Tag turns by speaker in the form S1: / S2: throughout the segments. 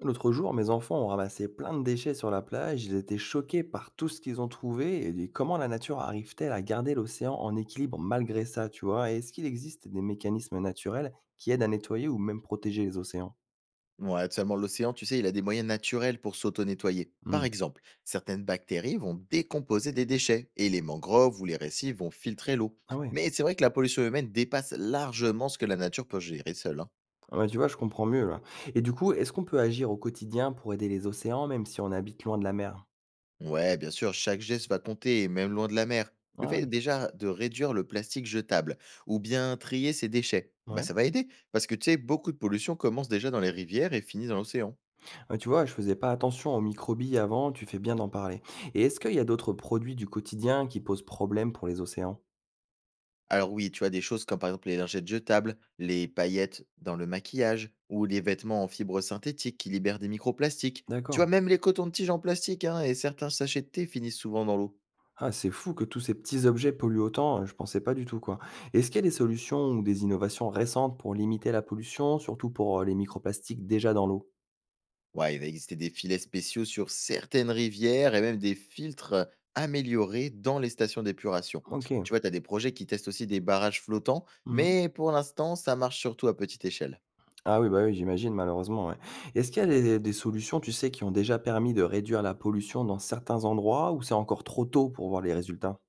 S1: L'autre jour, mes enfants ont ramassé plein de déchets sur la plage. Ils étaient choqués par tout ce qu'ils ont trouvé, et comment la nature arrive-t-elle à garder l'océan en équilibre malgré ça, tu vois? Et est-ce qu'il existe des mécanismes naturels qui aident à nettoyer ou même protéger les océans?
S2: Ouais, seulement l'océan, tu sais, il a des moyens naturels pour s'auto-nettoyer.
S1: Hmm.
S2: Par exemple, certaines bactéries vont décomposer des déchets et les mangroves ou les récifs vont filtrer l'eau.
S1: Ah ouais.
S2: Mais c'est vrai que la pollution humaine dépasse largement ce que la nature peut gérer seule, hein.
S1: Ah ouais, tu vois, je comprends mieux là. Et du coup, est-ce qu'on peut agir au quotidien pour aider les océans même si on habite loin de la mer?
S2: Ouais, bien sûr, chaque geste va compter, et même loin de la mer. Le
S1: Ah ouais.
S2: fait déjà de réduire le plastique jetable ou bien trier ses déchets, bah
S1: Ouais.
S2: ça va aider parce que tu sais, beaucoup de pollution commence déjà dans les rivières et finit dans l'océan.
S1: Ah, tu vois, je faisais pas attention aux microbilles avant. Tu fais bien d'en parler. Et est-ce qu'il y a d'autres produits du quotidien qui posent problème pour les océans?
S2: Alors oui, tu as des choses comme par exemple les lingettes jetables, les paillettes dans le maquillage ou les vêtements en fibres synthétiques qui libèrent des microplastiques. Tu
S1: D'accord.
S2: vois, même les cotons-tiges en plastique hein, et certains sachets de thé finissent souvent dans l'eau.
S1: Ah, c'est fou que tous ces petits objets polluent autant, je pensais pas du tout, quoi. Est-ce qu'il y a des solutions ou des innovations récentes pour limiter la pollution, surtout pour, les microplastiques déjà dans l'eau?
S2: Ouais, il va exister des filets spéciaux sur certaines rivières et même des filtres améliorés dans les stations d'épuration.
S1: OK.
S2: Tu vois, tu as des projets qui testent aussi des barrages flottants,
S1: Mmh.
S2: mais pour l'instant, ça marche surtout à petite échelle.
S1: Ah oui, bah, oui, j'imagine malheureusement, ouais. Est-ce qu'il y a des solutions, tu sais, qui ont déjà permis de réduire la pollution dans certains endroits, ou c'est encore trop tôt pour voir les résultats?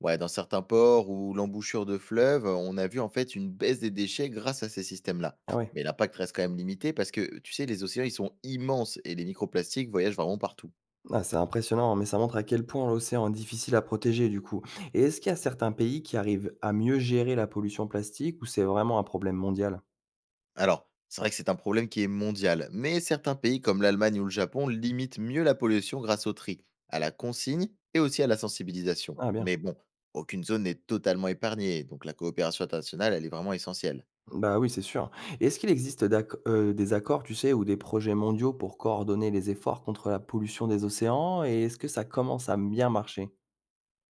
S2: Ouais, dans certains ports ou l'embouchure de fleuves, on a vu en fait une baisse des déchets grâce à ces systèmes-là.
S1: Ah ouais.
S2: Mais l'impact reste quand même limité parce que, tu sais, les océans, ils sont immenses et les microplastiques voyagent vraiment partout.
S1: Ah, c'est impressionnant, mais ça montre à quel point l'océan est difficile à protéger, du coup. Et est-ce qu'il y a certains pays qui arrivent à mieux gérer la pollution plastique, ou c'est vraiment un problème mondial?
S2: Alors, c'est vrai que c'est un problème qui est mondial, mais certains pays comme l'Allemagne ou le Japon limitent mieux la pollution grâce au tri, à la consigne et aussi à la sensibilisation.
S1: Ah bien.
S2: Mais bon, aucune zone n'est totalement épargnée, donc la coopération internationale, elle est vraiment essentielle.
S1: Bah oui, c'est sûr. Et est-ce qu'il existe d'acc des accords, tu sais, ou des projets mondiaux pour coordonner les efforts contre la pollution des océans? Et est-ce que ça commence à bien marcher?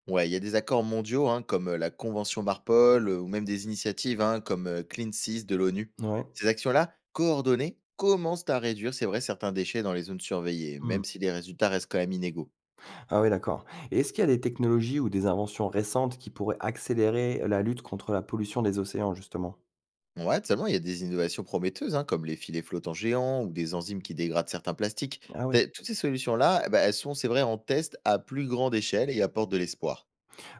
S2: Ouais, il y a des accords mondiaux, hein, comme la Convention Marpol, ou même des initiatives hein, comme Clean Seas de l'ONU.
S1: Ouais.
S2: Ces actions-là, coordonnées, commencent à réduire, c'est vrai, certains déchets dans les zones surveillées,
S1: Mmh.
S2: même si les résultats restent quand même inégaux.
S1: Ah oui, d'accord. Et est-ce qu'il y a des technologies ou des inventions récentes qui pourraient accélérer la lutte contre la pollution des océans, justement?
S2: Ouais, seulement, il y a des innovations prometteuses, hein, comme les filets flottants géants ou des enzymes qui dégradent certains plastiques.
S1: Ah oui.
S2: Toutes ces solutions-là, eh ben, elles sont, c'est vrai, en test à plus grande échelle et apportent de l'espoir.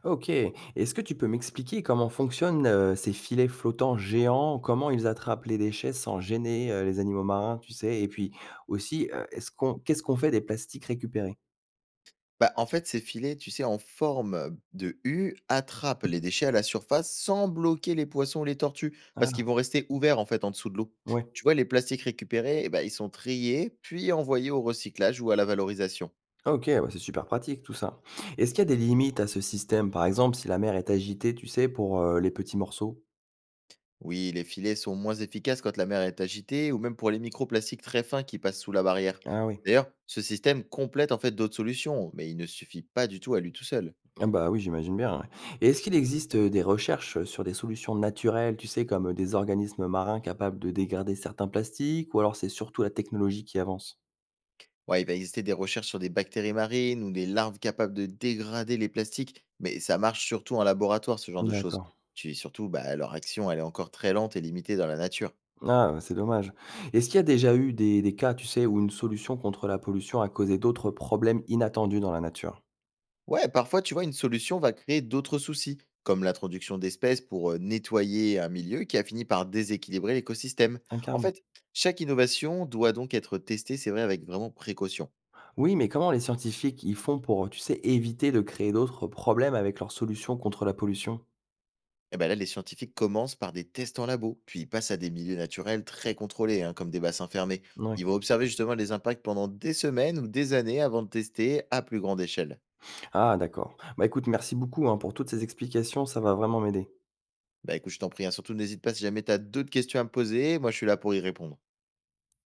S1: OK. Est-ce que tu peux m'expliquer comment fonctionnent, ces filets flottants géants? Comment ils attrapent les déchets sans gêner, les animaux marins, tu sais? Et puis aussi, est-ce qu'on qu'est-ce qu'on fait des plastiques récupérés?
S2: Bah, en fait, ces filets, tu sais, en forme de U, attrapent les déchets à la surface sans bloquer les poissons ou les tortues, parce
S1: Ah.
S2: qu'ils vont rester ouverts en fait en dessous de l'eau.
S1: Ouais.
S2: Tu vois, les plastiques récupérés, eh ben, ils sont triés, puis envoyés au recyclage ou à la valorisation.
S1: Ah OK, ouais, c'est super pratique tout ça. Est-ce qu'il y a des limites à ce système? Par exemple, si la mer est agitée, tu sais, pour, les petits morceaux?
S2: Oui, les filets sont moins efficaces quand la mer est agitée, ou même pour les microplastiques très fins qui passent sous la barrière.
S1: Ah oui.
S2: D'ailleurs, ce système complète en fait d'autres solutions, mais il ne suffit pas du tout à lui tout seul.
S1: Ah bah, oui, j'imagine bien, ouais. Et est-ce qu'il existe, des recherches sur des solutions naturelles, tu sais, comme des organismes marins capables de dégrader certains plastiques, ou alors c'est surtout la technologie qui avance?
S2: Ouais, il va exister des recherches sur des bactéries marines ou des larves capables de dégrader les plastiques, mais ça marche surtout en laboratoire, ce genre de choses.
S1: D'accord.
S2: Puis surtout, bah, leur action, elle est encore très lente et limitée dans la nature.
S1: Ah, bah, c'est dommage. Est-ce qu'il y a déjà eu des cas, tu sais, où une solution contre la pollution a causé d'autres problèmes inattendus dans la nature?
S2: Ouais, parfois, tu vois, une solution va créer d'autres soucis, comme l'introduction d'espèces pour nettoyer un milieu qui a fini par déséquilibrer l'écosystème.
S1: Ah,
S2: En
S1: carrément.
S2: fait, chaque innovation doit donc être testée, c'est vrai, avec vraiment précaution.
S1: Oui, mais comment les scientifiques, ils font pour, tu sais, éviter de créer d'autres problèmes avec leurs solutions contre la pollution?
S2: Eh ben là, les scientifiques commencent par des tests en labo, puis ils passent à des milieux naturels très contrôlés, hein, comme des bassins fermés.
S1: Ouais.
S2: Ils vont observer justement les impacts pendant des semaines ou des années avant de tester à plus grande échelle.
S1: Ah d'accord. Bah écoute, merci beaucoup, hein, pour toutes ces explications, ça va vraiment m'aider.
S2: Bah écoute, je t'en prie, hein, surtout n'hésite pas si jamais tu as d'autres questions à me poser, moi je suis là pour y répondre.